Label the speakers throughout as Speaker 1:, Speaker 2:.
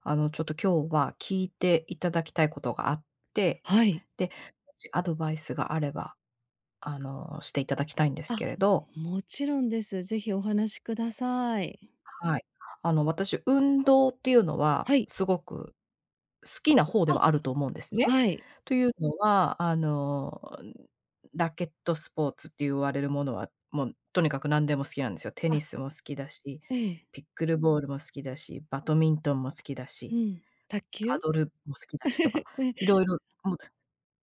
Speaker 1: ちょっと今日は聞いていただきたいことがあって、
Speaker 2: はい。
Speaker 1: で、もしアドバイスがあれば、していただきたいんです
Speaker 2: あ、
Speaker 1: けれど、
Speaker 2: もちろんです。ぜひお話しください。
Speaker 1: はい。私、運動っていうのは
Speaker 2: はい。
Speaker 1: すごく好きな方で
Speaker 2: あ、
Speaker 1: はあると思うんですね。
Speaker 2: はい。
Speaker 1: というのは、ラケットスポーツって言われるものは、もうとにかく何でも好きなんですよ。テニ
Speaker 2: あ、
Speaker 1: スも好きだし、
Speaker 2: ええ、
Speaker 1: ピックルボールも好きだし、バドミントンも好きだ
Speaker 2: う
Speaker 1: し、
Speaker 2: ん。卓
Speaker 1: パ
Speaker 2: 球？
Speaker 1: ドルも好きだしとか、
Speaker 2: え、
Speaker 1: いろいろもう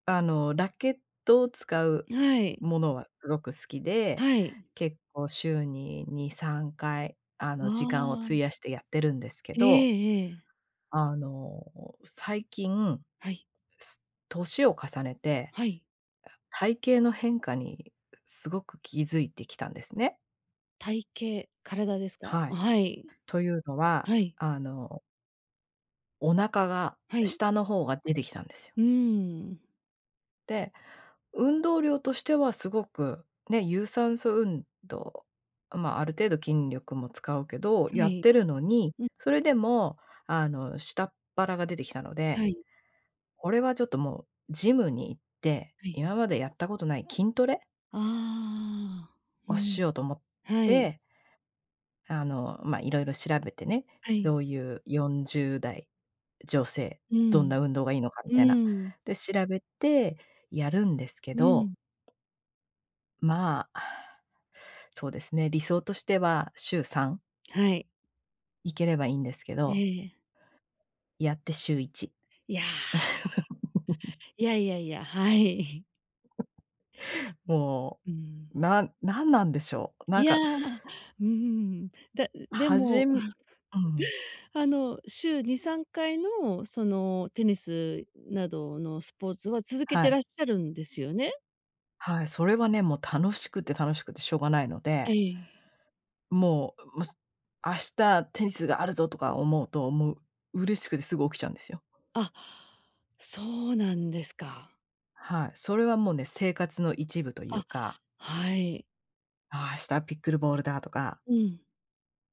Speaker 1: ラケットを使う
Speaker 2: はい、
Speaker 1: ものはすごく好きで、
Speaker 2: はい。
Speaker 1: 結構週に2、3回、
Speaker 2: わ
Speaker 1: 時間を
Speaker 2: あ、
Speaker 1: 費やしてやってるんですけ
Speaker 2: え
Speaker 1: ど、
Speaker 2: えええ。
Speaker 1: あの、最近、
Speaker 2: はい、
Speaker 1: す年を重ねて、
Speaker 2: はい。
Speaker 1: 体型の変化にすごく気づいてきたんですね。
Speaker 2: 体型、体ですか？
Speaker 1: はい。
Speaker 2: はい、
Speaker 1: というのは、
Speaker 2: はい、
Speaker 1: お腹が
Speaker 2: はい。
Speaker 1: 下の方が出てきたんですよ。
Speaker 2: うん、
Speaker 1: で運動量としてはすごく、ね、有酸素運動、まあ、ある程度筋力も使うけど、
Speaker 2: は
Speaker 1: やっ
Speaker 2: い、
Speaker 1: てるのに、
Speaker 2: うん、
Speaker 1: それでも、下っ腹が出てきたの
Speaker 2: は
Speaker 1: で、
Speaker 2: い、
Speaker 1: これはちょっともうジムに行って、
Speaker 2: はい。
Speaker 1: 今までやったことない筋トレ
Speaker 2: ああ、う
Speaker 1: をし
Speaker 2: ん、
Speaker 1: ようと思っ
Speaker 2: はい、
Speaker 1: て、まあ、いろいろ調べてね、
Speaker 2: は
Speaker 1: ど
Speaker 2: い。
Speaker 1: ういう40代女性、
Speaker 2: う
Speaker 1: どん
Speaker 2: ん、
Speaker 1: な運動がいいのかみ
Speaker 2: う
Speaker 1: たいな。
Speaker 2: ん、
Speaker 1: で、調べてやるんですけ
Speaker 2: う
Speaker 1: ど、
Speaker 2: ん、
Speaker 1: まあそうですね、理想としては週3
Speaker 2: はい、
Speaker 1: 行ければいいんですけ
Speaker 2: え
Speaker 1: ど、
Speaker 2: え。
Speaker 1: やって週1。
Speaker 2: いや。いやいやいや、はい。
Speaker 1: も
Speaker 2: うん。
Speaker 1: う、なんでしょう。な
Speaker 2: い
Speaker 1: ん
Speaker 2: や、
Speaker 1: か、
Speaker 2: うん。だで
Speaker 1: はじ
Speaker 2: も、
Speaker 1: んうん、
Speaker 2: 週2、3回の、テニスなどのスポーツは続け
Speaker 1: は
Speaker 2: て
Speaker 1: い。
Speaker 2: らっしゃるんですよね？
Speaker 1: はい、それはね、もう楽しくて楽しくてしょうがないので、
Speaker 2: ええ。
Speaker 1: もう、明日テニスがあるぞとか思うと、もう嬉しくてすぐ起きちゃうんですよ。
Speaker 2: あ、そうなんですか。
Speaker 1: はい、それはもうね、生活の一部という
Speaker 2: あ、
Speaker 1: か、
Speaker 2: はい。
Speaker 1: ああ、明日ピックルボールだとか、
Speaker 2: うん。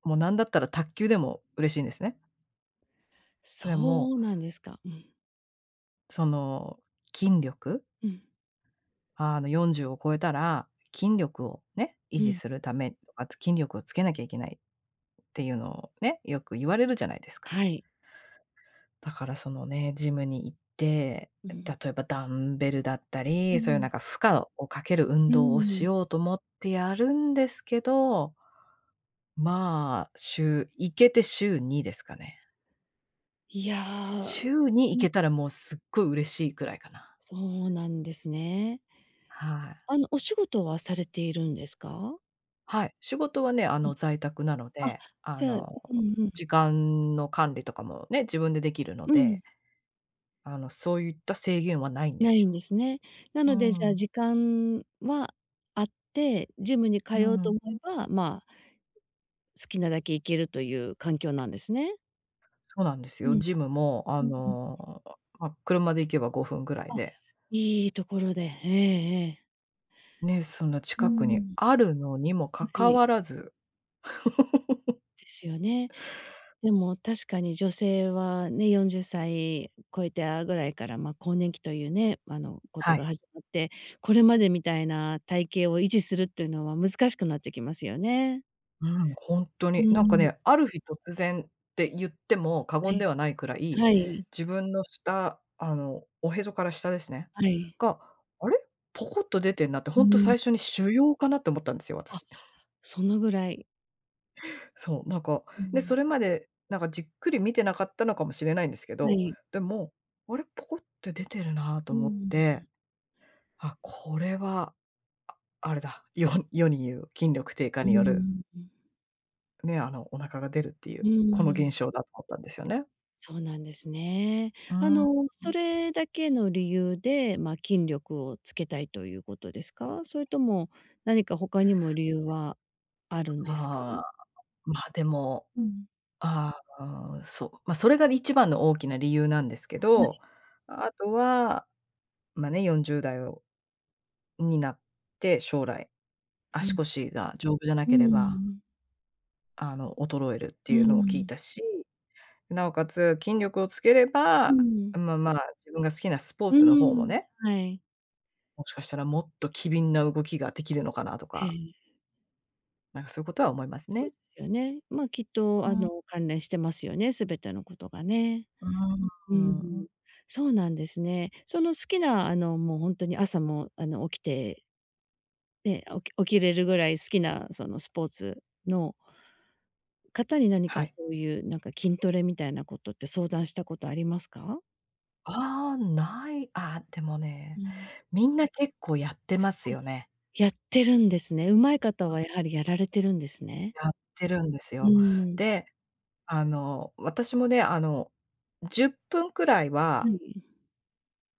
Speaker 1: もうなんだったら卓球でも嬉しいんですね。でも
Speaker 2: そうなんですか。うん、
Speaker 1: その、筋力、
Speaker 2: うん、
Speaker 1: 40を超えたら、筋力をね、維
Speaker 2: う
Speaker 1: 持
Speaker 2: ん。
Speaker 1: するためとか、筋力をつけなきゃいけないっていうのをね、よく言われるじゃないですか。
Speaker 2: はい。
Speaker 1: だからそのね、ジムに行って、
Speaker 2: う
Speaker 1: 例
Speaker 2: ん、
Speaker 1: えばダンベルだった
Speaker 2: う
Speaker 1: り、そういうな
Speaker 2: ん、
Speaker 1: んか負荷をかける運
Speaker 2: う
Speaker 1: 動をし
Speaker 2: ん。
Speaker 1: ようと思ってやるんですけど、まあ、週行けて週にですかね。
Speaker 2: いや、
Speaker 1: 週に行けたらもうすっごい嬉しいくらいかな。
Speaker 2: そうなんですね。
Speaker 1: はい。
Speaker 2: お仕事はされているんですか？
Speaker 1: はい、仕事はね、
Speaker 2: うん。
Speaker 1: 在宅なの
Speaker 2: あ、
Speaker 1: で、
Speaker 2: じゃあ、うんうん。
Speaker 1: 時間の管理とかもね、自分でできるの
Speaker 2: うん、
Speaker 1: で、そういった制限はないんで
Speaker 2: な
Speaker 1: す
Speaker 2: いん
Speaker 1: よ。
Speaker 2: ですね。な
Speaker 1: う
Speaker 2: ので、じゃあ
Speaker 1: ん。
Speaker 2: 時間はあって、ジムに
Speaker 1: う
Speaker 2: 通おうと
Speaker 1: ん。
Speaker 2: 思えば、まあ、好きなだけ行けるという環境なんですね。
Speaker 1: そうなんです
Speaker 2: う
Speaker 1: よ。
Speaker 2: ん、
Speaker 1: ジムも、
Speaker 2: うんうん。
Speaker 1: ま、車で行けば5分ぐらい
Speaker 2: あ、
Speaker 1: で、
Speaker 2: いいところで。ええええ。
Speaker 1: ね、そんな
Speaker 2: う
Speaker 1: 近くに
Speaker 2: ん。
Speaker 1: あるのにもか
Speaker 2: は
Speaker 1: か
Speaker 2: い。
Speaker 1: わらず
Speaker 2: ですよね。でも確かに女性はね、40歳超えたぐらいから、まあ、更年期というね、こと
Speaker 1: は
Speaker 2: が
Speaker 1: い。
Speaker 2: 始まって、これまでみたいな体型を維持するっていうのは難しくなってきますよね。
Speaker 1: うん、ほんと
Speaker 2: う
Speaker 1: に。なんか
Speaker 2: ん、
Speaker 1: ね、ある日突然って言っても過
Speaker 2: は
Speaker 1: 言で
Speaker 2: い。
Speaker 1: はないくらい、
Speaker 2: はい、
Speaker 1: 自分の下、おへそから下ですね、
Speaker 2: はい。
Speaker 1: が、あれ、ポコッと出てんなって、
Speaker 2: う
Speaker 1: ほんと
Speaker 2: ん。
Speaker 1: 最初に腫瘍かなって思ったんですよ、
Speaker 2: あ、
Speaker 1: 私。
Speaker 2: そのぐらい。
Speaker 1: そう、なんか、
Speaker 2: う
Speaker 1: で、そ
Speaker 2: ん。
Speaker 1: れまで、なんかじっくり見てなかったのかもしれないんですけ
Speaker 2: は
Speaker 1: ど、
Speaker 2: い。
Speaker 1: でも、あれ、ポコって出てるなと
Speaker 2: う
Speaker 1: 思っ
Speaker 2: ん、
Speaker 1: て、あ、これは、あれだ、世に言う筋力低下
Speaker 2: う
Speaker 1: による、
Speaker 2: ん。
Speaker 1: ね、お腹が出るってい
Speaker 2: う
Speaker 1: う、この
Speaker 2: ん。
Speaker 1: 現象だと思ったんですよね。
Speaker 2: そうなんですね。
Speaker 1: うーん、
Speaker 2: それだけの理由で、まあ、筋力をつけたいということですか？それとも何か他にも理由はあるんですか？う
Speaker 1: ああ、まあ、でも、
Speaker 2: ん、
Speaker 1: ああ、そう、ま、それが一番の大きな理由なんですけ
Speaker 2: は
Speaker 1: ど、
Speaker 2: い。
Speaker 1: あとは、ま、ね、40代をになって将来、
Speaker 2: う
Speaker 1: 足
Speaker 2: ん、
Speaker 1: 腰が丈夫じゃな
Speaker 2: う
Speaker 1: ければ、
Speaker 2: ん。
Speaker 1: 衰えるって
Speaker 2: う
Speaker 1: いうのを聞い
Speaker 2: ん。
Speaker 1: たし、なおかつ筋力をつけれ
Speaker 2: う
Speaker 1: ば、
Speaker 2: ん、
Speaker 1: まあまあ、自分が好きなスポー
Speaker 2: う
Speaker 1: ツの方も
Speaker 2: ん、
Speaker 1: ね、
Speaker 2: はい。
Speaker 1: もしかしたらもっと機敏な動きができるのかなと
Speaker 2: え
Speaker 1: か、
Speaker 2: え、
Speaker 1: なんかそういうことは思います
Speaker 2: そう
Speaker 1: ね。
Speaker 2: ですよね。まあ、きっ
Speaker 1: う
Speaker 2: と
Speaker 1: ん、
Speaker 2: 関連してますよね、全てのことがね。
Speaker 1: う
Speaker 2: う
Speaker 1: ー
Speaker 2: ん、
Speaker 1: ん、
Speaker 2: そうなんですね。その好きなもう本当に朝も起きてね、起きれるぐらい好きなそのスポーツの方に何
Speaker 1: は
Speaker 2: か
Speaker 1: い。
Speaker 2: そういうなんか筋トレみたいなことって相談したことありますか？
Speaker 1: ああ、ない、あ、でも
Speaker 2: う
Speaker 1: ね、
Speaker 2: ん。
Speaker 1: みんな結構やってますよね。
Speaker 2: やってるんですね。上手い方はやはりやられてるんですね。
Speaker 1: やってるんです
Speaker 2: う
Speaker 1: よ。
Speaker 2: ーん。
Speaker 1: で、私もね、10分くらい
Speaker 2: は
Speaker 1: は、
Speaker 2: い。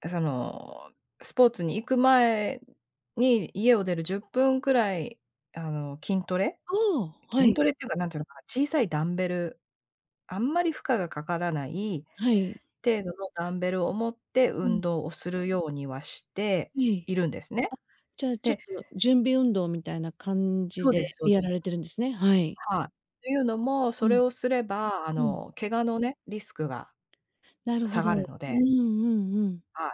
Speaker 1: その、スポーツに行く前に家を出る10分くらい、あの、筋トレ
Speaker 2: ああ、は
Speaker 1: 筋
Speaker 2: い、
Speaker 1: トレっていうか、なんていうのかな、小さいダンベル、あんまり負荷がかからない
Speaker 2: はい。
Speaker 1: 程度のダンベルを持って
Speaker 2: うん。
Speaker 1: 運動をするようにはして
Speaker 2: ええ。
Speaker 1: いるんですね。
Speaker 2: じゃあちょっ
Speaker 1: で
Speaker 2: と準備運動みたいな感
Speaker 1: そ
Speaker 2: じ
Speaker 1: う
Speaker 2: で
Speaker 1: ですそうで
Speaker 2: やら
Speaker 1: す。
Speaker 2: れてるんですね。はい。
Speaker 1: はい。というのも、
Speaker 2: う
Speaker 1: それ
Speaker 2: ん、
Speaker 1: をすれば、
Speaker 2: うん。
Speaker 1: 怪我のね、リスクが
Speaker 2: なるほ
Speaker 1: 下
Speaker 2: ど。
Speaker 1: がる
Speaker 2: う
Speaker 1: の
Speaker 2: んう
Speaker 1: で、
Speaker 2: んうん。
Speaker 1: はい。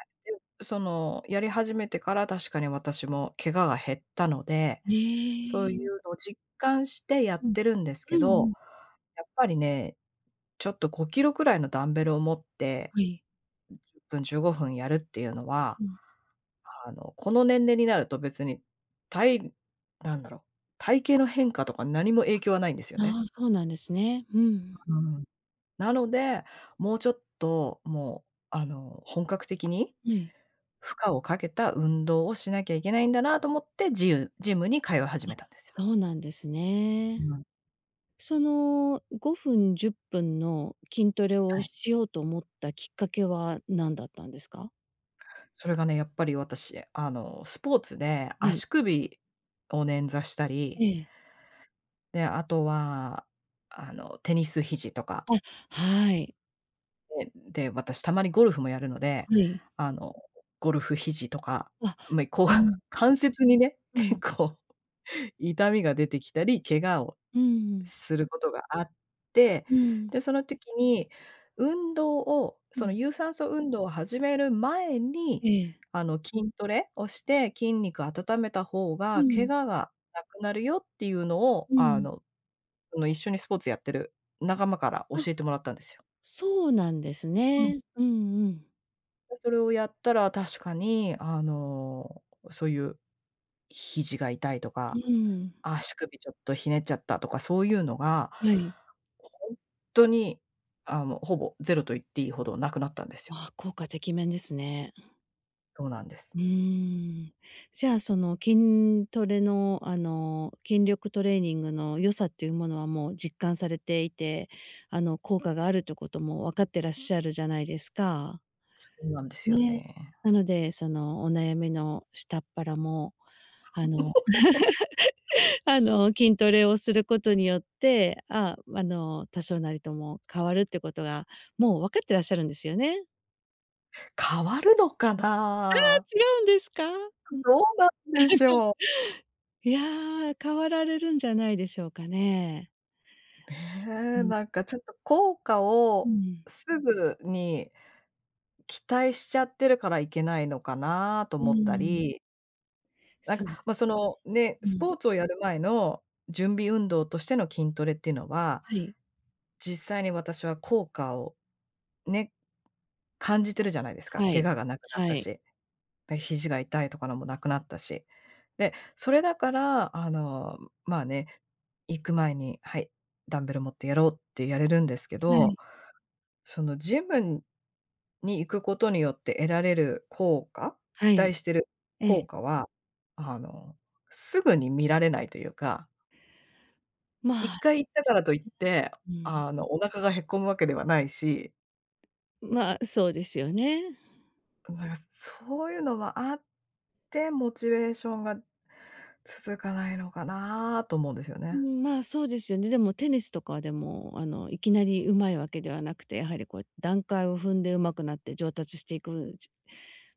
Speaker 1: で、その、やり始めてから確かに私も怪我が減ったので、
Speaker 2: え
Speaker 1: そうい
Speaker 2: え。
Speaker 1: うのを実感してやっ
Speaker 2: うん。
Speaker 1: てるんですけ
Speaker 2: うん
Speaker 1: ど、
Speaker 2: うん。
Speaker 1: やっぱりね、ちょっと5キロくらいのダンベルを持って、
Speaker 2: はい。
Speaker 1: 10分、15分やるっていうのは、
Speaker 2: うん、
Speaker 1: この年齢になると別に、たいなんだろう、体型の変化とか何も影響はないんですよね。
Speaker 2: ああ、そうなんですね。うん。
Speaker 1: うん。なので、もうちょっと、もう、本格的に
Speaker 2: はい。
Speaker 1: 負荷をかけた運動をしなきゃいけないんだなと思って、ジムに通い始めたんですよ。
Speaker 2: そうなんですね。
Speaker 1: うん、
Speaker 2: その5分、10分の筋トレ
Speaker 1: は
Speaker 2: を
Speaker 1: い。
Speaker 2: しようと思ったきっかけは何だったんですか？
Speaker 1: それがね、やっぱり私、スポーツで
Speaker 2: はい。
Speaker 1: 足首を捻挫したり、
Speaker 2: ええ。
Speaker 1: で、あとは、テニス肘とか、
Speaker 2: あ、はい。
Speaker 1: でで、私たまにゴルフもやるので、
Speaker 2: はい。
Speaker 1: あの、ゴルフ肘とか、
Speaker 2: あ、
Speaker 1: ま、こう
Speaker 2: う ん。
Speaker 1: 関節にね、
Speaker 2: う
Speaker 1: 結
Speaker 2: ん。
Speaker 1: 構 痛みが出てきたり、怪我を
Speaker 2: うん。
Speaker 1: することがあって、
Speaker 2: うん。
Speaker 1: で、その時に運動を、
Speaker 2: う
Speaker 1: その
Speaker 2: ん。
Speaker 1: 有酸素運動を始める前に、
Speaker 2: ええ。
Speaker 1: 筋トレをして筋肉温めた方
Speaker 2: う
Speaker 1: が怪
Speaker 2: ん。
Speaker 1: 我がなくなるよっていうのを、
Speaker 2: うん。
Speaker 1: その一緒にスポーツやってる仲間から教
Speaker 2: あ、
Speaker 1: えてもらったんですよ。
Speaker 2: そうなんです
Speaker 1: うん
Speaker 2: ね。うんうん。
Speaker 1: それをやったら確かに、そういう肘が痛いと
Speaker 2: う
Speaker 1: か、
Speaker 2: ん。
Speaker 1: 足首ちょっとひねっちゃったとか、そういうのが、
Speaker 2: はい。
Speaker 1: ほんとに、ほぼゼロと言っていいほどなくなったんですよ。
Speaker 2: ああ、効果てきめんですね。
Speaker 1: そうなんです。
Speaker 2: うーん。じゃあ、その筋トレの、筋力トレーニングの良さっていうものはもう実感されていて、効果があるってことも分かってらっしゃるじゃないですか。
Speaker 1: そうなんですよ
Speaker 2: ね。
Speaker 1: ね。
Speaker 2: なので、そのお悩みの下っ腹も、あの 筋トレをすることによって、ああ、多少なりとも変わるってことが、もう分かってらっしゃるんですよね？
Speaker 1: 変わるのか
Speaker 2: あ、
Speaker 1: な？
Speaker 2: 違うんですか？
Speaker 1: どうなんでしょう。
Speaker 2: いやー、変わられるんじゃないでしょうかね。う
Speaker 1: ね、
Speaker 2: ん。
Speaker 1: なんかちょっと効果
Speaker 2: う
Speaker 1: を
Speaker 2: ん、
Speaker 1: すぐに期待しちゃってるからいけないのかなと
Speaker 2: う
Speaker 1: 思った
Speaker 2: ん、
Speaker 1: り、なんか、
Speaker 2: そうで
Speaker 1: ま、そ
Speaker 2: す。
Speaker 1: の、ね、
Speaker 2: う
Speaker 1: ス
Speaker 2: ん、
Speaker 1: ポーツをやる前の準備運動としての筋トレっていうのは、
Speaker 2: はい、
Speaker 1: 実際に私は効果をね、感じてるじゃないですか。
Speaker 2: は
Speaker 1: 怪
Speaker 2: い、
Speaker 1: 我がなくなっ
Speaker 2: は
Speaker 1: た
Speaker 2: い、
Speaker 1: し、で、肘が痛いとかのもなくなったし。で、それだから、まあね、行く前に「はい、ダンベル持ってやろう」ってやれるんですけ
Speaker 2: は
Speaker 1: ど
Speaker 2: い、
Speaker 1: そのジムに行くことによって得られる効果
Speaker 2: は
Speaker 1: 期
Speaker 2: い、
Speaker 1: 待してる
Speaker 2: え
Speaker 1: 効
Speaker 2: え、
Speaker 1: 果は、あの、すぐに見られないというか、
Speaker 2: ま
Speaker 1: 一
Speaker 2: あ、
Speaker 1: 回
Speaker 2: そう
Speaker 1: 行
Speaker 2: で
Speaker 1: ったか
Speaker 2: す。
Speaker 1: らといって、
Speaker 2: うん。
Speaker 1: お腹がへこむわけではないし、
Speaker 2: まあ、そうですよね。
Speaker 1: なんかそういうのはあって、モチベーションが続かないのかなと思うんですよ
Speaker 2: う
Speaker 1: ね。
Speaker 2: ん、まあ、そうですよね。でもテニスとかでも、いきなり上手いわけではなくて、やはりこう段階を踏んで上手くなって上達していく、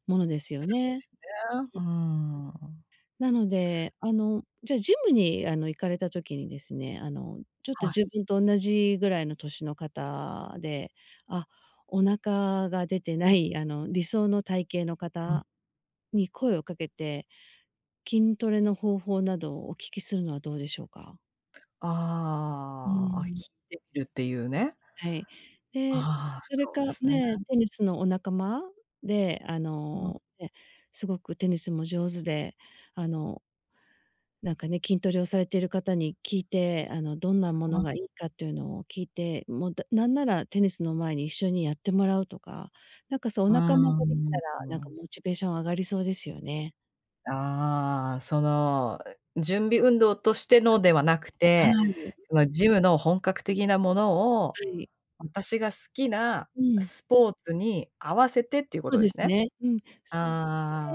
Speaker 2: ものですよ
Speaker 1: す
Speaker 2: ね。
Speaker 1: ねうーん。
Speaker 2: なので、じゃあジムに、行かれた時にですね、ちょっと
Speaker 1: は
Speaker 2: 自
Speaker 1: い。
Speaker 2: 分と同じぐらいの年の方で、あ、お腹が出てない、理想の体型の
Speaker 1: うん。
Speaker 2: 方に声をかけて、筋トレの方法などをお聞きするのはどうでしょうか？う
Speaker 1: ああ、あ、
Speaker 2: ん。
Speaker 1: 聞いてみるっていうね。
Speaker 2: はい。で、
Speaker 1: ああ、
Speaker 2: それ
Speaker 1: そう
Speaker 2: か
Speaker 1: ですね。
Speaker 2: ね、テニスのお仲間で、
Speaker 1: うん。
Speaker 2: ね、すごくテニスも上手で、あの、なんかね、筋トレをされている方に聞いて、どんなものがいいかっていうのを聞いて、もう、なんならテニスの前に一緒にやってもらうとか、なんかそうお
Speaker 1: う
Speaker 2: 仲間ができた
Speaker 1: ー
Speaker 2: ら、なんか
Speaker 1: ん。
Speaker 2: モチベーション上がりそうですよね。
Speaker 1: ああ、その、準備運動としてのではなく
Speaker 2: は
Speaker 1: て、
Speaker 2: い、
Speaker 1: そのジムの本格的なものを、
Speaker 2: はい。
Speaker 1: 私が好きな
Speaker 2: うん、
Speaker 1: スポーツに合わせてっていうこ
Speaker 2: そ
Speaker 1: と
Speaker 2: う
Speaker 1: で
Speaker 2: で
Speaker 1: す
Speaker 2: す
Speaker 1: ね。
Speaker 2: ね。うん。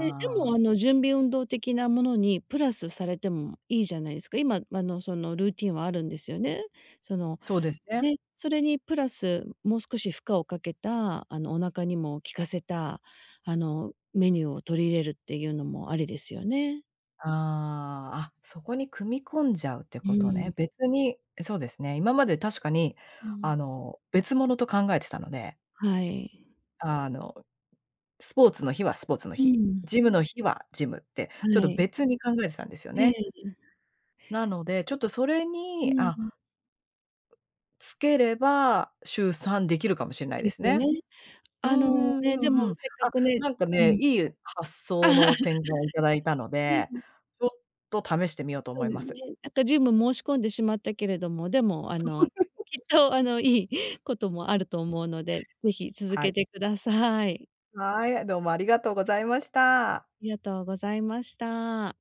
Speaker 2: で、で
Speaker 1: あ、
Speaker 2: も、準備運動的なものにプラスされてもいいじゃないですか。今、その、ルーティンはあるんですよね。その、
Speaker 1: そうですね。
Speaker 2: ね、それにプラスもう少し負荷をかけた、お腹にも効かせた、メニューを取り入れるっていうのもありですよね。
Speaker 1: ああ、あ、そこに組み込んじゃうって
Speaker 2: う
Speaker 1: こと
Speaker 2: ん、
Speaker 1: ね。別にそうですね、今まで確かに、
Speaker 2: うん、
Speaker 1: 別物と考えてたので、
Speaker 2: はい。
Speaker 1: あのスポーツの日はスポーツの
Speaker 2: う
Speaker 1: 日、
Speaker 2: ん、
Speaker 1: ジムの日はジムって、
Speaker 2: は
Speaker 1: ちょっと
Speaker 2: い。
Speaker 1: 別に考えてたんですよ
Speaker 2: え
Speaker 1: ね。
Speaker 2: え、
Speaker 1: なので、ちょっとそれ
Speaker 2: う
Speaker 1: に、
Speaker 2: ん、
Speaker 1: あ、つければ、週散できるかもしれないで
Speaker 2: で
Speaker 1: す
Speaker 2: すよ
Speaker 1: ね。
Speaker 2: ね。
Speaker 1: うーん、う
Speaker 2: ね、でも
Speaker 1: んうん。あ、
Speaker 2: せっかくね、
Speaker 1: なんか
Speaker 2: う
Speaker 1: ね、
Speaker 2: ん。
Speaker 1: いい発
Speaker 2: ああ
Speaker 1: 想
Speaker 2: ね
Speaker 1: の転換をいただいたので、ちょっと試してみようと
Speaker 2: そ
Speaker 1: 思
Speaker 2: う
Speaker 1: い
Speaker 2: で
Speaker 1: ま
Speaker 2: す
Speaker 1: す。
Speaker 2: ね。なんかジム申し込んでしまったけれども、でもきっといいこともあると思うので、ぜひ続
Speaker 1: は
Speaker 2: け
Speaker 1: い。
Speaker 2: てください。
Speaker 1: はい、どうもありがとうございました。
Speaker 2: ありがとうございました。